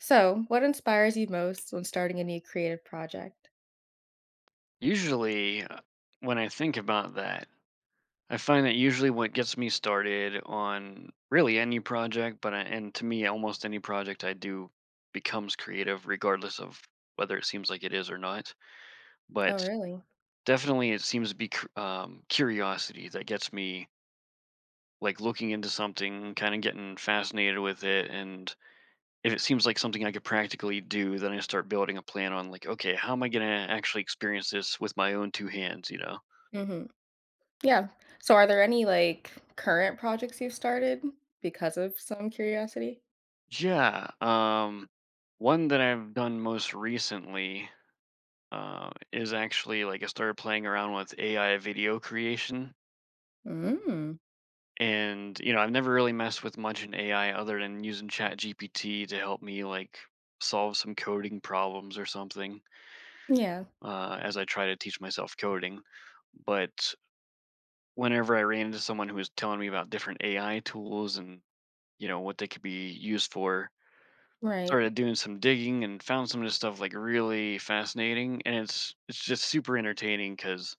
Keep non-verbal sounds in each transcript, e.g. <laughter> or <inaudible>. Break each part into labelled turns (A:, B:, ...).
A: So, what inspires you most when starting a new creative project?
B: Usually, when I think about that, I find that usually what gets me started on really any project, but I, and to me, almost any project I do becomes creative, regardless of whether it seems like it is or not. But
A: Oh, really?
B: definitely, it seems to be curiosity that gets me like looking into something, kind of getting fascinated with it. And if it seems like something I could practically do, then I start building a plan on like, okay, how am I going to actually experience this with my own two hands,
A: Hmm Yeah. So, are there any like current projects you've started because of some curiosity?
B: Yeah. One that I've done most recently is actually like I started playing around with AI video creation.
A: Mm.
B: And, you know, I've never really messed with much in AI other than using Chat GPT to help me like solve some coding problems or something
A: Yeah.
B: as I try to teach myself coding. But whenever I ran into someone who was telling me about different AI tools and, what they could be used for,
A: Right.
B: started doing some digging and found some of this stuff like really fascinating and it's just super entertaining because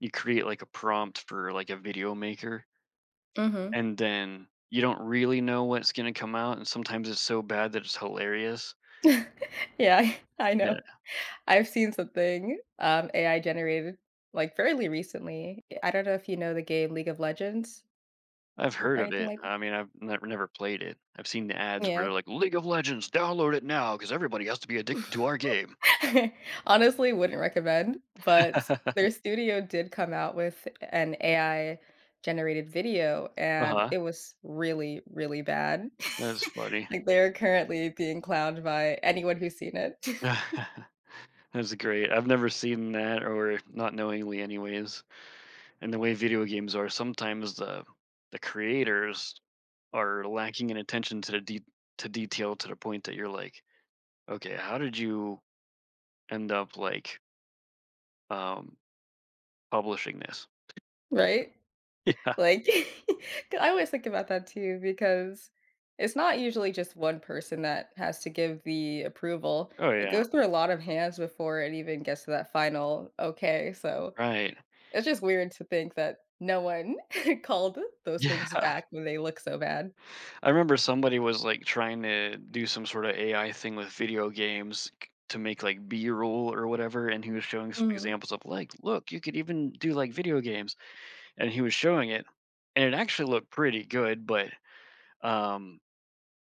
B: you create like a prompt for like a video maker
A: hmm
B: and then you don't really know what's going to come out and sometimes it's so bad that it's hilarious.
A: <laughs> yeah, I know.
B: Yeah,
A: I've seen something AI generated like fairly recently. I don't know if you know the game League of Legends
B: I've
A: or
B: heard of
A: anything
B: it.
A: like.
B: I mean, I've never played it. I've seen the ads where
A: Yeah.
B: they're like, League of Legends, download it now, because everybody has to be addicted to our game.
A: <laughs> Honestly, wouldn't recommend, but
B: <laughs>
A: their studio did come out with an AI generated video, and
B: Uh-huh.
A: it was really, really bad. <laughs>
B: That's funny.
A: Like, they're currently being clowned by anyone who's seen it. <laughs>
B: <laughs> That's great. I've never seen that, or not knowingly anyways. And the way video games are, sometimes the creators are lacking in attention to the to detail to the point that you're like, okay, how did you end up like um, publishing this?
A: Right?
B: <laughs> Yeah.
A: Like, <laughs> 'cause I always think about that too because it's not usually just one person that has to give the approval.
B: Oh
A: It
B: yeah.
A: goes through a lot of hands before it even gets to that final okay. So
B: Right.
A: it's just weird to think that no one <laughs> called those
B: Yeah.
A: things back when they look so bad.
B: <laughs> I remember somebody was like trying to do some sort of AI thing with video games to make like B-roll or whatever, and he was showing some
A: Mhm.
B: examples of like, look, you could even do like video games, and he was showing it, and it actually looked pretty good, but um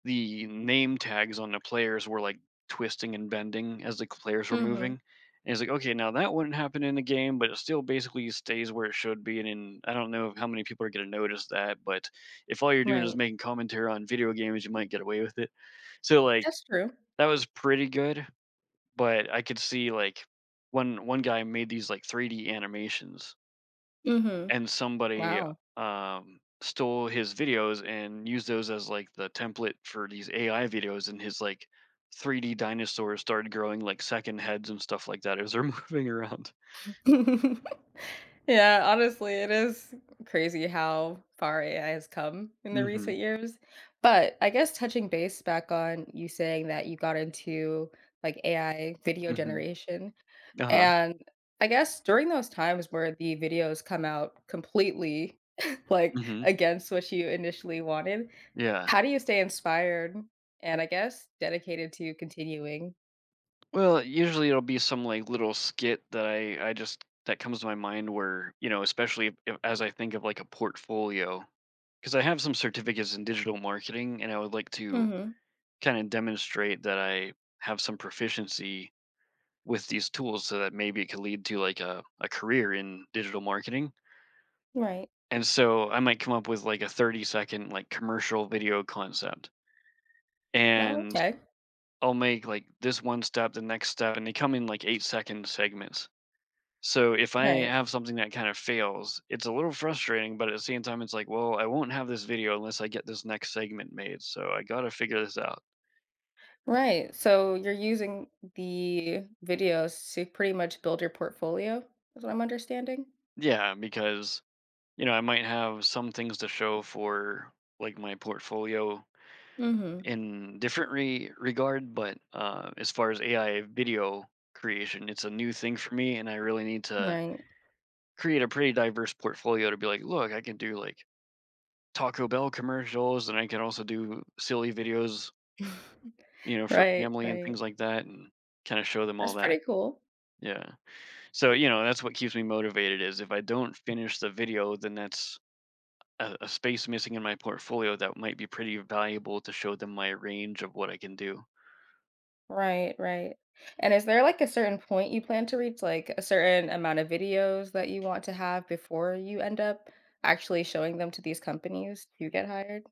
B: the name tags on the players were like twisting and bending as the players were
A: Mhm.
B: moving. And it's like, okay, now that wouldn't happen in the game, but it still basically stays where it should be. And in, I don't know how many people are going to notice that, but if all you're doing is
A: Right.
B: making commentary on video games, you might get away with it. So like
A: That's true.
B: that was pretty good, but I could see like one guy made these like 3D animations
A: Mhm.
B: and somebody,
A: Wow.
B: stole his videos and used those as, like, the template for these AI videos, and his, like, 3D dinosaurs started growing, like, second heads and stuff like that as they're <laughs> moving around.
A: <laughs> Yeah, honestly, it is crazy how far AI has come in the
B: Mhm,
A: recent years. But I guess touching base back on you saying that you got into like AI video
B: mhm.
A: generation.
B: Uh-huh,
A: And I guess during those times where the videos come out completely <laughs> like
B: mhm,
A: against what you initially wanted,
B: yeah.
A: how do you stay inspired and I guess dedicated to continuing?
B: Well, usually it'll be some, like, little skit that I just that comes to my mind where, you know, especially if as I think of, like, a portfolio because I have some certificates in digital marketing, and I would like to
A: Hmm
B: kinda demonstrate that I have some proficiency with these tools so that maybe it could lead to like a career in digital marketing.
A: Right.
B: And so I might come up with like a 30-second like commercial video concept
A: No,
B: and
A: okay.
B: I'll make like this one step, the next step, and they come in like 8 second segments. So if I
A: Right.
B: have something that kind of fails, it's a little frustrating, but at the same time, it's like, well, I won't have this video unless I get this next segment made. So I got to figure this out.
A: Right. So you're using the videos to pretty much build your portfolio, is what I'm understanding?
B: Yeah, because, you know, I might have some things to show for like my portfolio
A: Mhm.
B: in different regard, but as far as AI video creation, it's a new thing for me, and I really need to
A: Right.
B: create a pretty diverse portfolio to be like, look, I can do like Taco Bell commercials, and I can also do silly videos,
A: <laughs>
B: you know, for
A: Right,
B: family and
A: right.
B: things like that, and kind of show them
A: That's
B: all that.
A: pretty cool.
B: Yeah. So you know, that's what keeps me motivated. Is if I don't finish the video, then that's a space missing in my portfolio that might be pretty valuable to show them my range of what I can do.
A: Right, right. And is there, like, a certain point you plan to reach, like, a certain amount of videos that you want to have before you end up actually showing them to these companies to get hired?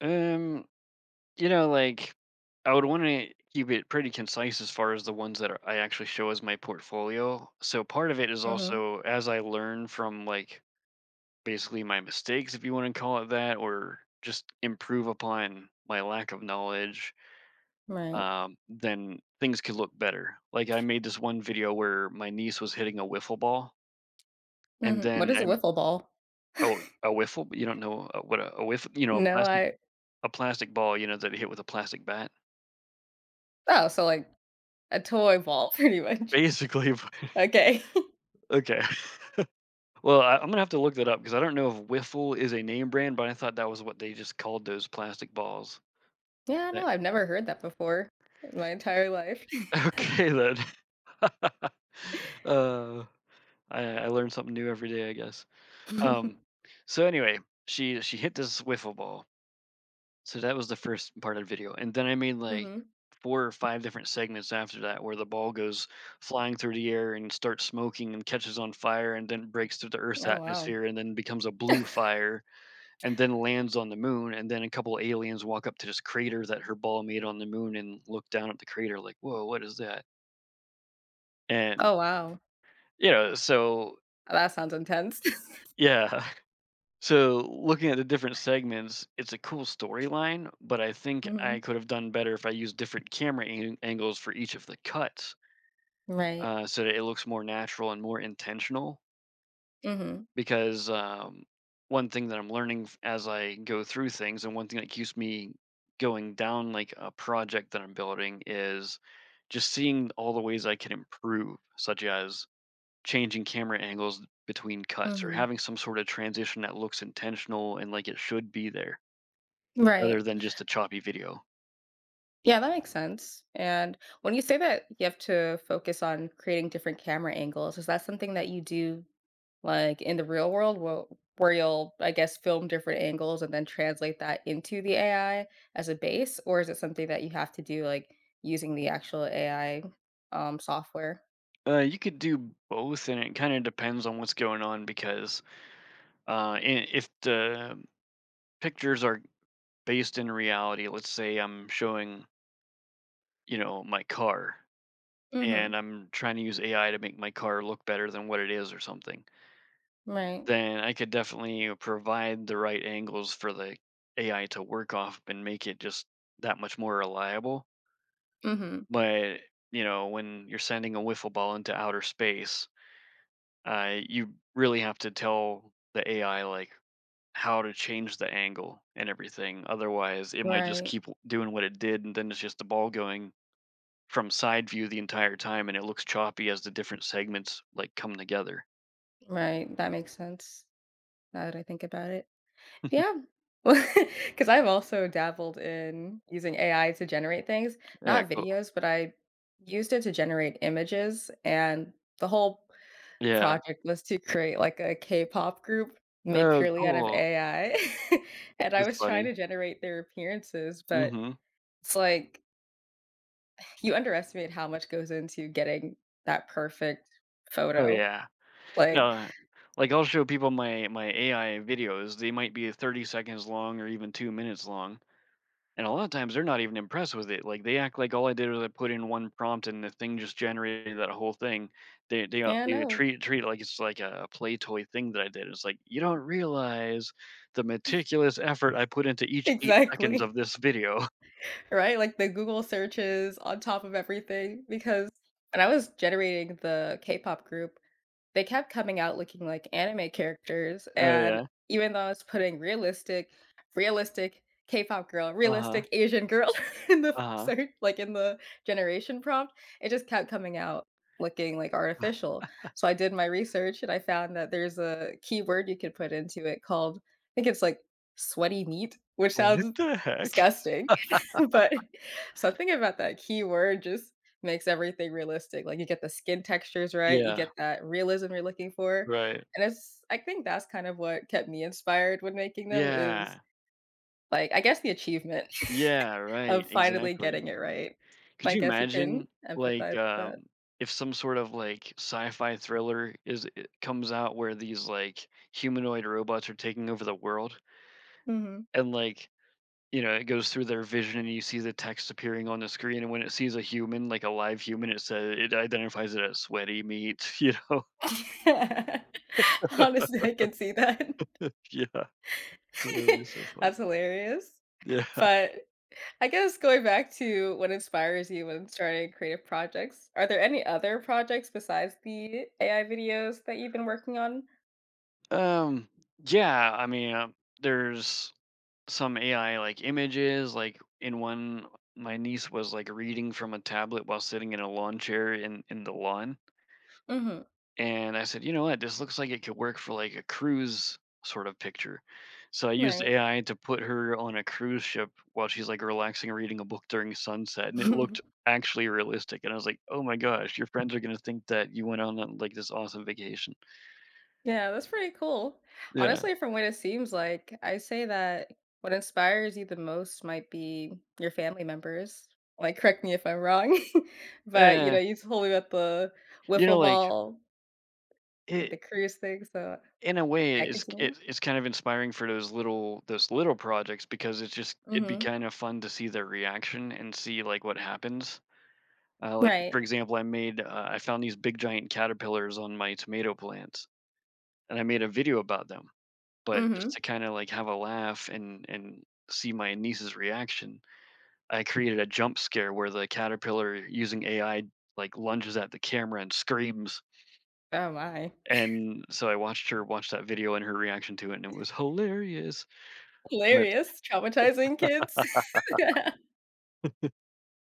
B: Um, you know, like I would want to keep it pretty concise as far as the ones that are, I actually show as my portfolio. So part of it is
A: Mhm.
B: also as I learn from like basically my mistakes, if you want to call it that, or just improve upon my lack of knowledge,
A: Right.
B: then things could look better. Like I made this one video where my niece was hitting a wiffle ball, and
A: Mhm. What
B: then
A: is a
B: I'm,
A: wiffle ball? <laughs>
B: oh, a wiffle. You don't know what a wiffle? You know,
A: No, I.
B: a plastic ball. You know that you hit with a plastic bat.
A: Oh, so, like, a toy ball <laughs> pretty much.
B: Basically. <laughs>
A: Okay.
B: Okay. Well, I, I'm gonna have to look that up because I don't know if wiffle is a name brand, but I thought that was what they just called those plastic balls.
A: Yeah, no,
B: That.
A: I've never heard that before in my entire life.
B: <laughs> Okay then. <laughs> uh I learn something new every day, I guess. Um,
A: <laughs>
B: so anyway, she hit this wiffle ball. So that was the first part of the video, and then I made like
A: Mhm.
B: 4 or 5 different segments after that where the ball goes flying through the air and starts smoking and catches on fire and then breaks through the Earth's
A: Oh, wow.
B: atmosphere and then becomes a blue fire and then lands on the moon and then a couple aliens walk up to this crater that her ball made on the moon and look down at the crater like, whoa, what is that? And
A: Oh, wow.
B: you know so
A: That sounds intense. <laughs>
B: Yeah. So, looking at the different segments, it's a cool storyline, but I think I
A: Mhm.
B: could have done better if I used different camera angles for each of the cuts,
A: Right.
B: so that it looks more natural and more intentional.
A: Mhm.
B: Because one thing that I'm learning as I go through things, and one thing that keeps me going down like a project that I'm building, is just seeing all the ways I can improve, such as changing camera angles between cuts or
A: Mhm.
B: having some sort of transition that looks intentional and like it should be there other
A: Right.
B: than just a choppy video.
A: Yeah, that makes sense. And when you say that you have to focus on creating different camera angles, is that something that you do like in the real world where you'll, I guess, film different angles and then translate that into the AI as a base? Or is it something that you have to do like using the actual AI software?
B: You could do both, and it kind of depends on what's going on because if the pictures are based in reality, let's say I'm showing, you know, my car
A: Mm-hmm.
B: and I'm trying to use AI to make my car look better than what it is or something,
A: Right.
B: then I could definitely provide the right angles for the AI to work off and make it just that much more reliable.
A: Mm-hmm.
B: But, you know, when you're sending a wiffle ball into outer space, you really have to tell the AI like how to change the angle and everything. Otherwise, it might just
A: Right.
B: keep doing what it did, and then it's just the ball going from side view the entire time, and it looks choppy as the different segments like come together.
A: Right. That makes sense now that I think about it. Yeah.
B: <laughs>
A: <laughs> because 'cause I've also dabbled in using AI to generate things,
B: Yeah,
A: not
B: cool.
A: videos, but I used it to generate images, and the whole
B: Yeah.
A: project was to create, like, a K-pop group made
B: Oh,
A: purely out of
B: cool.
A: AI, <laughs> and I
B: That's
A: was trying
B: funny.
A: to generate their appearances, but
B: Hmm.
A: it's like you underestimate how much goes into getting that perfect
B: Oh
A: photo,
B: yeah.
A: like.
B: Yeah. Like I'll show people my AI videos. They might be 30 seconds long or even 2 minutes long. And a lot of times they're not even impressed with it. Like they act like all I did was I put in one prompt and the thing just generated that whole thing. They they, uh,
A: Yeah,
B: they
A: no.
B: treat treat it like it's like a play toy thing that I did. It's like, you don't realize the meticulous effort I put into each 8 seconds
A: Exactly.
B: of
A: <laughs>
B: this video. <laughs>
A: Right? Like the Google searches on top of everything because when I was generating the K-pop group, they kept coming out looking like anime characters,
B: Oh
A: and
B: yeah.
A: even though I was putting realistic realistic K-pop girl,
B: Uh huh.
A: realistic Asian girl <laughs> in the
B: Uh
A: search like, in the generation prompt, it just kept coming out looking, like,
B: huh. <sighs> <laughs>
A: artificial. So I did my research, and I found that there's a keyword you could put into it called I think it's, like, "sweaty meat," which
B: What
A: sounds
B: the heck?
A: disgusting, <laughs> but something about that keyword just makes everything realistic, like, you get the skin textures right, you
B: Yeah.
A: get that realism you're looking for,
B: Right.
A: and it's I think that's kind of what kept me inspired when making them is,
B: Yeah.
A: like, I guess the achievement
B: Yeah.
A: <laughs>
B: Right.
A: of finally
B: Exactly.
A: getting it right.
B: Could
A: I
B: you
A: guess you can
B: imagine
A: empathize
B: like
A: with that.
B: if some sort of like sci-fi thriller is it comes out where these like humanoid robots are taking over the world,
A: Mhm.
B: and like, you know, it goes through their vision and you see the text appearing on the screen, and when it sees a human, like a live human, it says, it identifies it as sweaty meat. <laughs> You know? <laughs>
A: <laughs> Honestly, I can see that.
B: Yeah, that'd be so
A: <laughs>
B: fun.
A: That's hilarious,
B: Yeah.
A: but I guess going back to what inspires you when starting creative projects, are there any other projects besides the AI videos that you've been working on?
B: um yeah, I mean, there's some AI like images, like in one my niece was like reading from a tablet while sitting in a lawn chair in the lawn.
A: Mhm.
B: And I said, "You know what? This looks like it could work for like a cruise sort of picture." So I used
A: Right.
B: AI to put her on a cruise ship while she's like relaxing reading a book during sunset, and it looked
A: <laughs>
B: actually realistic. And I was like, "Oh my gosh, your friends are going to think that you went on, like, this awesome vacation."
A: Yeah, that's pretty cool.
B: Yeah.
A: Honestly, from what it seems like, I say that what inspires you the most might be your family members. Like, correct me if I'm wrong, <laughs> but you know,
B: Eh,
A: you told me about the
B: you know,
A: wiffle
B: like
A: ball and the
B: it
A: cruise thing. So,
B: in a way
A: yeah, continue.
B: it's kind of inspiring for those little projects because it's just, it'd be
A: Hmm
B: kind of fun to see their reaction and see like what happens. Like,
A: Right.
B: for example, I made, I found these big giant caterpillars on my tomato plants, and I made a video about them, but just
A: hmm
B: to kind of like have a laugh, and see my niece's reaction. I created a jump scare where the caterpillar, using AI, like, lunges at the camera and screams,
A: Oh my.
B: and so I watched her watch that video and her reaction to it, and it was hilarious. But
A: Hilarious. Traumatizing kids. <laughs> Yeah.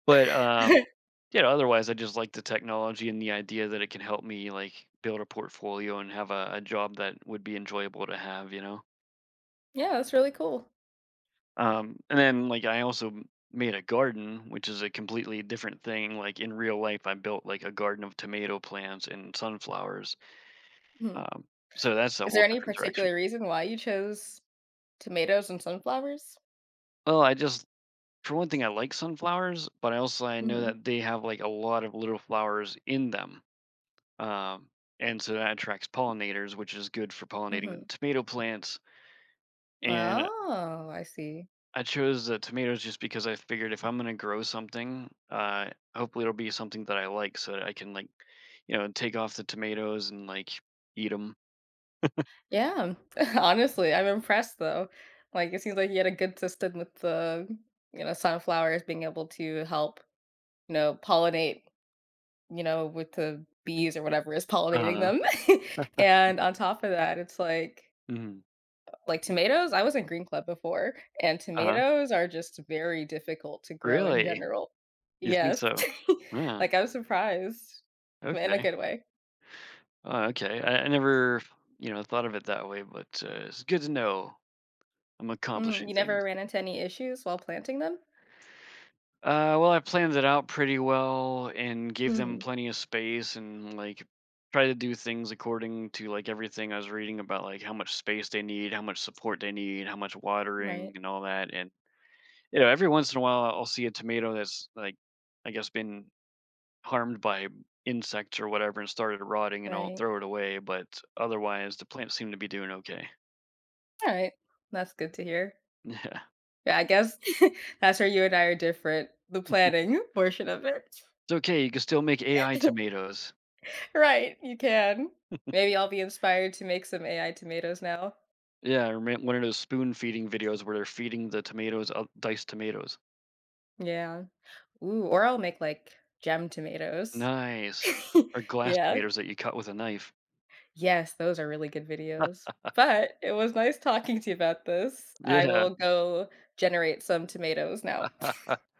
B: but
A: <laughs>
B: yeah, otherwise, I just like the technology and the idea that it can help me, like, build a portfolio and have a job that would be enjoyable to have, you know?
A: Yeah, that's really cool.
B: And then, like, I also m made a garden, which is a completely different thing, like, in real life, I built, like, a garden of tomato plants and sunflowers.
A: Mhm.
B: um, so that's a
A: Is
B: whole
A: there any
B: different direction.
A: particular reason why you chose tomatoes and sunflowers?
B: Well, I just, for one thing, I like sunflowers, but I also, I know
A: Mhm,
B: that they have, like, a lot of little flowers in them. Um, and so that attracts pollinators, which is good for pollinating
A: mhm.
B: the tomato plants. And
A: Oh, I see.
B: I chose the tomatoes just because I figured if I'm gonna grow something, hopefully it'll be something that I like, so that I can like, you know, take off the tomatoes and like eat them.
A: Yeah. <laughs> Honestly, I'm impressed, though. Like, it seems like you had a good system with the, you know, sunflowers being able to help, you know, pollinate, you know, with the bees or whatever is
B: Uh
A: pollinating
B: huh.
A: them. <laughs> And on top of that, it's like.
B: Hmm.
A: Like tomatoes, I was in Green Club before, and
B: Uh huh.
A: tomatoes are just very difficult to grow in
B: Really?
A: general.
B: You think
A: Yes. <laughs>
B: so? Yeah.
A: Like, I was surprised, but in a
B: Okay.
A: good way.
B: Okay. I never, you know, thought of it that way, but it's good to know. I'm
A: Mhm,
B: accomplishing
A: you never
B: things.
A: ran into any issues while planting them?
B: Well, I planned it out pretty well and gave them
A: Mhm,
B: plenty of space and like try to do things according to like everything I was reading about like how much space they need, how much support they need, how much watering
A: right,
B: and all that. And you know, every once in a while I'll see a tomato that's like I guess been harmed by insects or whatever and started rotting and I'll
A: right.
B: throw it away, but otherwise the plants seem to be doing okay. <laughs>
A: Alright, that's good to hear.
B: Yeah.
A: Yeah, I guess <laughs> that's where you and I are different, the planning <laughs> portion of it.
B: It's okay, you can still make AI
A: <laughs>
B: tomatoes.
A: Right, you can. Maybe I'll be inspired to make some AI tomatoes now.
B: Yeah, I remember one of those spoon feeding videos where they're feeding the tomatoes, diced tomatoes.
A: Yeah. Ooh, or I'll make, like, gem tomatoes.
B: Nice.
A: <laughs>
B: Or glass
A: Yeah.
B: tomatoes that you cut with a knife.
A: Yes, those are really good videos.
B: <laughs>
A: But it was nice talking to you about this. I
B: Yeah.
A: will go generate some tomatoes now.
B: <laughs>